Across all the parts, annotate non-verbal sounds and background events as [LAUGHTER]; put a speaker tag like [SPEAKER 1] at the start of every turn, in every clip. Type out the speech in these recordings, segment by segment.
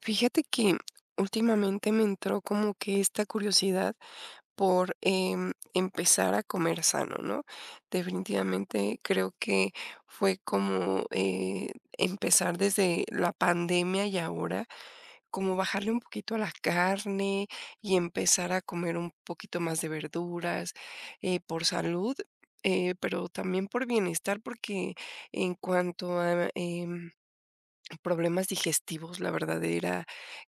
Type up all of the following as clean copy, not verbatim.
[SPEAKER 1] Fíjate que últimamente me entró como que esta curiosidad por empezar a comer sano, ¿no? Definitivamente creo que fue como empezar desde la pandemia y ahora, como bajarle un poquito a la carne y empezar a comer un poquito más de verduras, por salud. Pero también por bienestar, porque en cuanto a problemas digestivos, la verdad era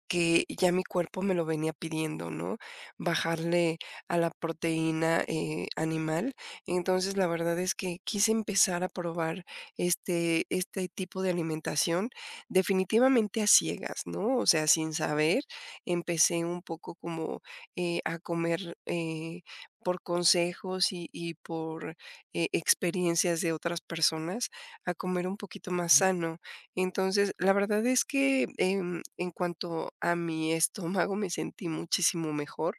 [SPEAKER 1] que ya mi cuerpo me lo venía pidiendo, ¿no? Bajarle a la proteína, animal. Entonces, la verdad es que quise empezar a probar este tipo de alimentación, definitivamente a ciegas, ¿no? O sea, sin saber, empecé un poco como, a comer, por consejos y por, experiencias de otras personas, a comer un poquito más
[SPEAKER 2] Ujú,
[SPEAKER 1] sano. Entonces, la verdad es que, en cuanto a mi estómago, me sentí muchísimo mejor,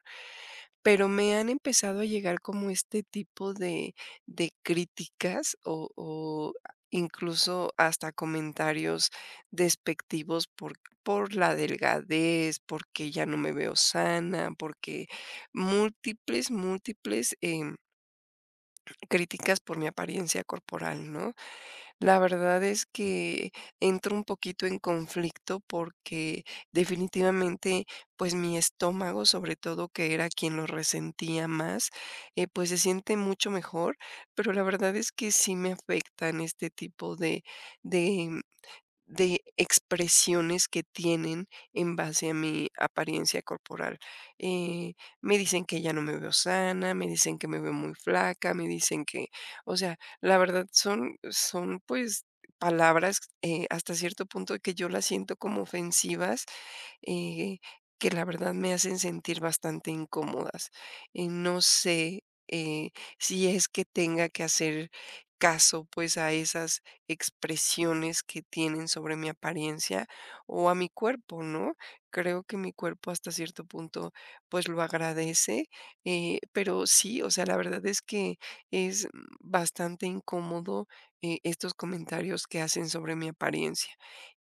[SPEAKER 1] pero me han empezado a llegar como este tipo de críticas o incluso hasta comentarios despectivos por la delgadez, porque ya no me veo sana, porque múltiples, múltiples, críticas por mi apariencia corporal, ¿no? La verdad es que entro un poquito en conflicto porque definitivamente, pues mi estómago, sobre todo, que era quien lo resentía más, pues se siente mucho mejor, pero la verdad es que sí me afectan este tipo de, de de expresiones que tienen en base a mi apariencia corporal. Eh, Me dicen que ya no me veo sana, me dicen que me veo muy flaca, me dicen que, o sea, la verdad son, pues, palabras, hasta cierto punto que yo las siento como ofensivas, eh, que la verdad me hacen sentir bastante incómodas. No sé eh, si es que tenga que hacer caso pues a esas expresiones que tienen sobre mi apariencia o a mi cuerpo, ¿no? Creo que mi cuerpo hasta cierto punto pues lo agradece, pero sí, o sea, la verdad es que es bastante incómodo estos comentarios que hacen sobre mi apariencia.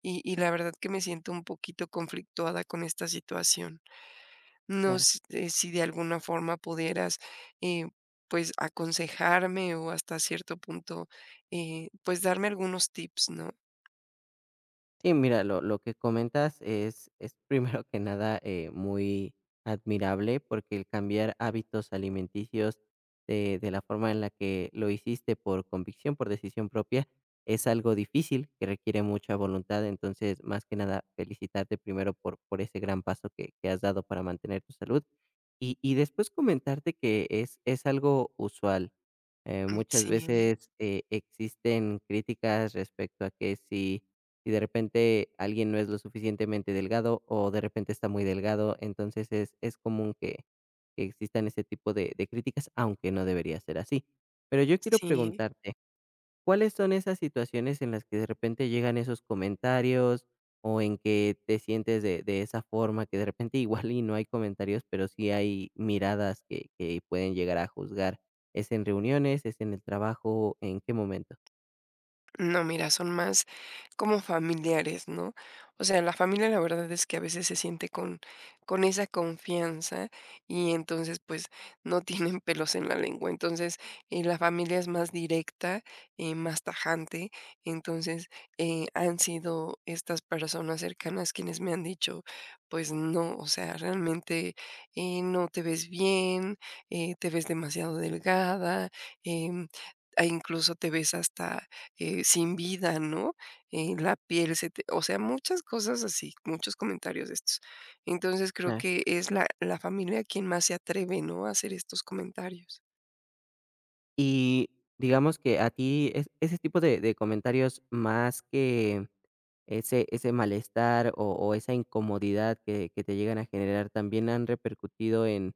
[SPEAKER 1] Y la verdad que me siento un poquito conflictuada con esta situación. No
[SPEAKER 2] claro.
[SPEAKER 1] sé si de alguna forma pudieras, eh, pues, aconsejarme o hasta cierto punto, pues, darme algunos tips, ¿no?
[SPEAKER 2] Sí, mira, lo que comentas es [LAUGHS] primero que nada, muy admirable, porque el cambiar hábitos alimenticios de la forma en la que lo hiciste por convicción, por decisión propia, es algo difícil, que requiere mucha voluntad. Entonces, más que nada, felicitarte primero por ese gran paso que has dado para mantener tu salud. Y después comentarte que es algo usual.
[SPEAKER 1] Mm,
[SPEAKER 2] Muchas
[SPEAKER 1] sí,
[SPEAKER 2] veces, existen críticas respecto a que si y de repente alguien no es lo suficientemente delgado o de repente está muy delgado, entonces es común que existan ese tipo de críticas, aunque no debería ser así. Pero yo quiero
[SPEAKER 1] sí.
[SPEAKER 2] preguntarte, ¿cuáles son esas situaciones en las que de repente llegan esos comentarios o en que te sientes de esa forma, que de repente [LAUGHS] igual y no hay comentarios, pero sí hay miradas que pueden llegar a juzgar? ¿Es en reuniones? ¿Es en el trabajo? ¿En qué momento?
[SPEAKER 1] No, mira, son más como familiares, ¿no? O sea, la familia la verdad es que a veces se siente con esa confianza y entonces pues no [LAUGHS] tienen pelos en la lengua. Entonces, la familia es más directa, más tajante. Entonces, han sido estas personas cercanas quienes me han dicho, pues no, o sea, realmente no te ves bien, te ves demasiado delgada. em, E incluso te ves hasta sin vida, ¿no? La piel se te, o sea, muchas cosas así, muchos comentarios de estos. Entonces, creo que es la familia quien más se atreve, ¿no?, a hacer estos comentarios.
[SPEAKER 2] Y digamos que a ti es ese tipo de comentarios más que ese malestar o esa incomodidad que te llegan a generar, ¿también han repercutido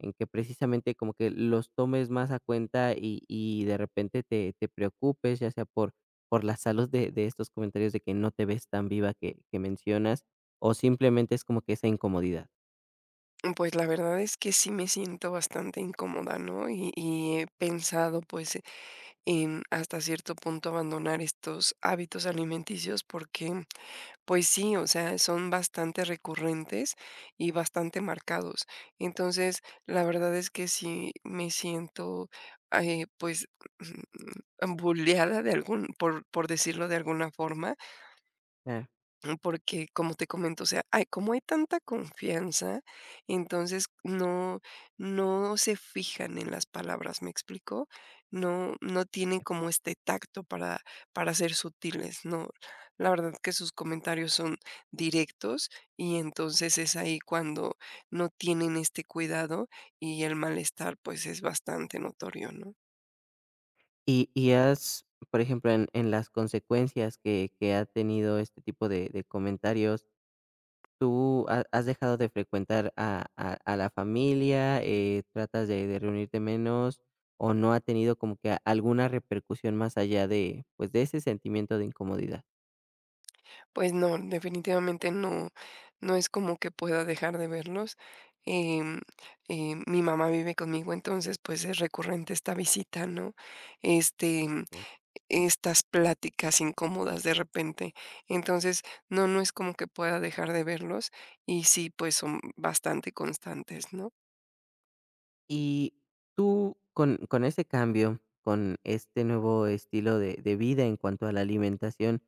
[SPEAKER 2] en que precisamente como que los tomes más a cuenta y de repente te preocupes, ya sea por la salud de estos comentarios de que no te ves tan viva que mencionas, o simplemente es como que esa incomodidad?
[SPEAKER 1] Pues, la verdad es que sí me siento bastante incómoda, ¿no? Y he pensado, pues, en hasta cierto punto abandonar estos hábitos alimenticios porque pues sí, o sea, son bastante recurrentes y bastante marcados. Entonces, la verdad es que sí me siento, pues, [LAUGHS] bulleada de algún, por decirlo de alguna forma, porque, como te comento, o sea, hay como hay tanta confianza, entonces no se fijan en las palabras, ¿me explico? No tienen como este tacto para ser sutiles, no. La verdad que sus comentarios son directos y entonces es ahí cuando no tienen este cuidado y el malestar, pues, es bastante notorio, ¿no?
[SPEAKER 2] Y has, por ejemplo, en las consecuencias que ha tenido este tipo de comentarios, ¿tú ha has dejado de frecuentar a la familia, tratas de reunirte menos, o no ha tenido como que a- alguna repercusión más allá de, pues, de ese sentimiento de incomodidad?
[SPEAKER 1] Pues no, definitivamente no, no es como que pueda dejar de verlos. Em, mi mamá vive conmigo, entonces pues es recurrente esta visita, ¿no? Este,
[SPEAKER 2] Ok.
[SPEAKER 1] estas pláticas incómodas de repente. Entonces, no, no es como que pueda dejar de verlos y sí, pues son bastante constantes, ¿no?
[SPEAKER 2] Y tú con ese cambio, con este nuevo estilo de vida en cuanto a la alimentación,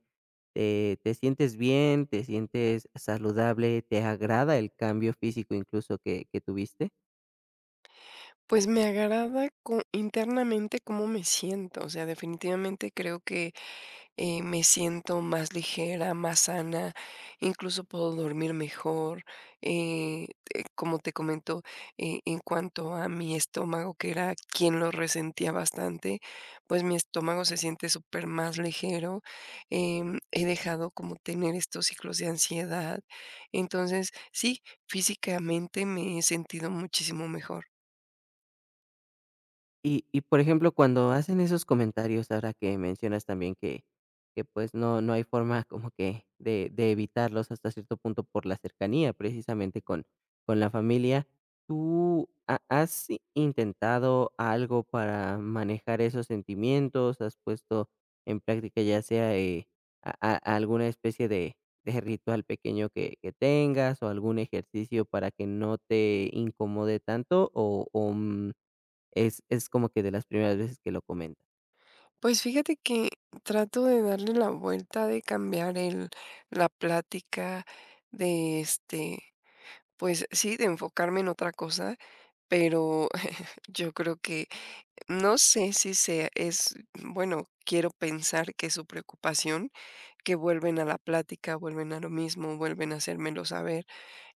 [SPEAKER 2] ¿te sientes bien? ¿Te sientes saludable? ¿Te agrada el cambio físico incluso que tuviste?
[SPEAKER 1] Pues me agrada co- internamente cómo me siento, o sea, definitivamente creo que me siento más ligera, más sana, incluso puedo dormir mejor. eh, como te comento, en cuanto a mi estómago, que era quien lo resentía bastante, pues mi estómago se siente súper más ligero. He dejado como tener estos ciclos de ansiedad. Entonces, sí, físicamente me he sentido muchísimo mejor.
[SPEAKER 2] Por ejemplo, cuando hacen esos comentarios, ahora que mencionas también que, pues, no no hay forma como que de evitarlos hasta cierto punto por la cercanía, precisamente, con la familia, ¿tú ha has intentado algo para manejar esos sentimientos? ¿Has puesto en práctica ya sea, a alguna especie de ritual pequeño que tengas o algún ejercicio para que no te incomode tanto o, es como que de las primeras veces que lo comentas.
[SPEAKER 1] Pues fíjate que trato de darle la vuelta, de cambiar el la plática, de, este, pues sí, de enfocarme en otra cosa, pero [LAUGHS] yo creo que no sé si sea es bueno, quiero pensar que es su preocupación, que vuelven a la plática, vuelven a lo mismo, vuelven a hacérmelo saber.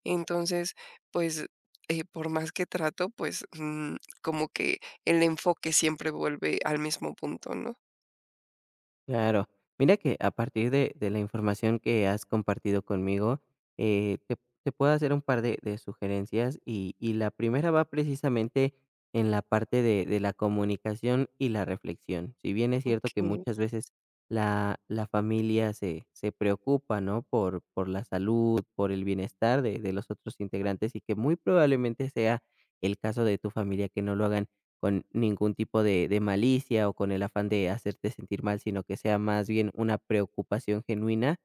[SPEAKER 1] Entonces, pues, por más que trato, pues, como que el enfoque siempre vuelve al mismo punto, ¿no?
[SPEAKER 2] Claro. Mira que a partir de la información que has compartido conmigo, te puedo hacer un par de sugerencias, y la primera va precisamente en la parte de la comunicación y la reflexión. Si bien es cierto que muchas veces la familia se preocupa, ¿no?, por la salud, por el bienestar de los otros integrantes, y que muy probablemente sea el caso de tu familia que no lo hagan, con ningún tipo de malicia o con el afán de hacerte sentir mal, sino que sea más bien una preocupación genuina.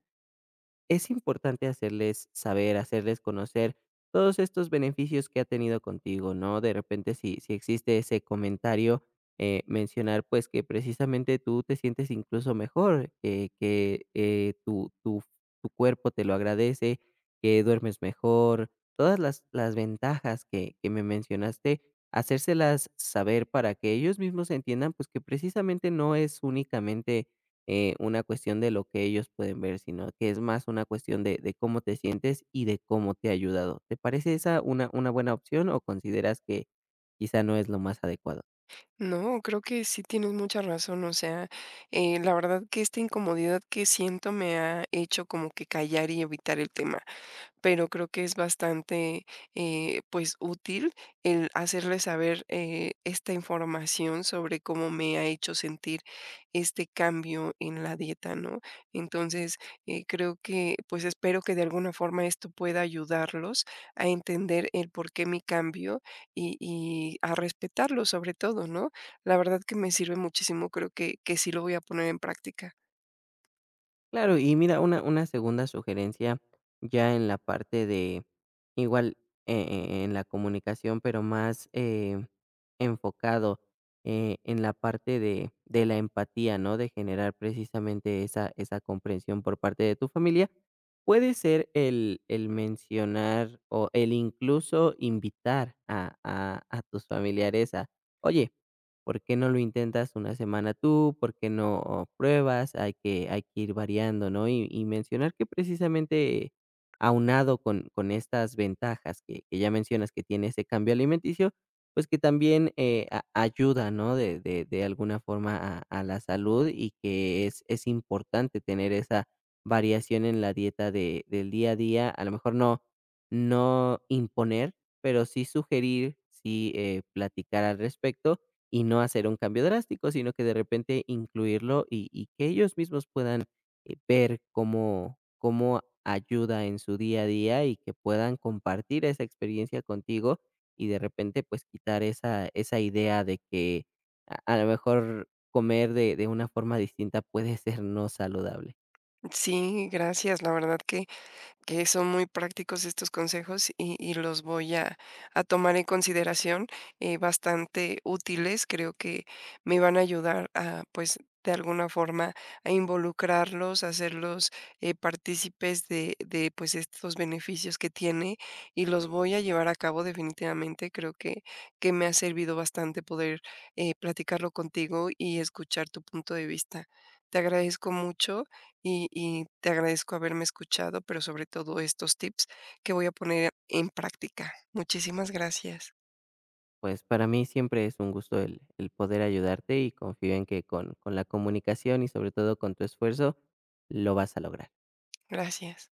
[SPEAKER 2] Es importante hacerles saber, hacerles conocer todos estos beneficios que ha tenido contigo, ¿no? De repente, si, si existe ese comentario, mencionar pues que precisamente tú te sientes incluso mejor, que tu, tu, tu cuerpo te lo agradece, que duermes mejor, todas las ventajas que me mencionaste, hacérselas saber para que ellos mismos entiendan pues que precisamente no es únicamente una cuestión de lo que ellos pueden ver, sino que es más una cuestión de cómo te sientes y de cómo te ha ayudado. ¿Te parece esa una buena opción o consideras que quizá no es lo más adecuado?
[SPEAKER 1] No, creo que sí tienes mucha razón, o sea, la verdad que esta incomodidad que siento me ha hecho como que callar y evitar el tema, pero creo que es bastante, pues, útil el hacerle saber, esta información sobre cómo me ha hecho sentir este cambio en la dieta, ¿no? Entonces, creo que, pues, espero que de alguna forma esto pueda ayudarlos a entender el por qué mi cambio y a respetarlo sobre todo, ¿no? La verdad que me sirve muchísimo, creo que sí lo voy a poner en práctica.
[SPEAKER 2] Claro, y mira, una segunda sugerencia ya en la parte de igual, en la comunicación, pero más, enfocado, en la parte de la empatía, ¿no? De generar precisamente esa esa comprensión por parte de tu familia, puede ser el mencionar o el incluso invitar a tus familiares a: "Oye, ¿por qué no lo intentas una semana tú? ¿Por qué no pruebas? Hay que ir variando, ¿no?" Y mencionar que precisamente aunado con estas ventajas que ya mencionas que tiene ese cambio alimenticio, pues que también a- ayuda, ¿no? De alguna forma a la salud y que es importante tener esa variación en la dieta de, del día a día. A lo mejor no, no imponer, pero sí sugerir, sí platicar al respecto y no hacer un cambio drástico, sino que de repente incluirlo y que ellos mismos puedan ver cómo, cómo ayuda en su día a día y que puedan compartir esa experiencia contigo y de repente pues quitar esa, esa idea de que a lo mejor comer de una forma distinta puede ser no saludable.
[SPEAKER 1] Sí, gracias, la verdad que son muy prácticos estos consejos y los voy a tomar en consideración, bastante útiles. Creo que me van a ayudar a, pues, de alguna forma a involucrarlos, a hacerlos partícipes de, pues, estos beneficios que tiene y los voy a llevar a cabo definitivamente. Creo que me ha servido bastante poder platicarlo contigo y escuchar tu punto de vista. Te agradezco mucho y te agradezco haberme escuchado, pero sobre todo estos tips que voy a poner en práctica. Muchísimas gracias.
[SPEAKER 2] Pues para mí siempre es un gusto el poder ayudarte y confío en que con la comunicación y sobre todo con tu esfuerzo lo vas a lograr.
[SPEAKER 1] Gracias.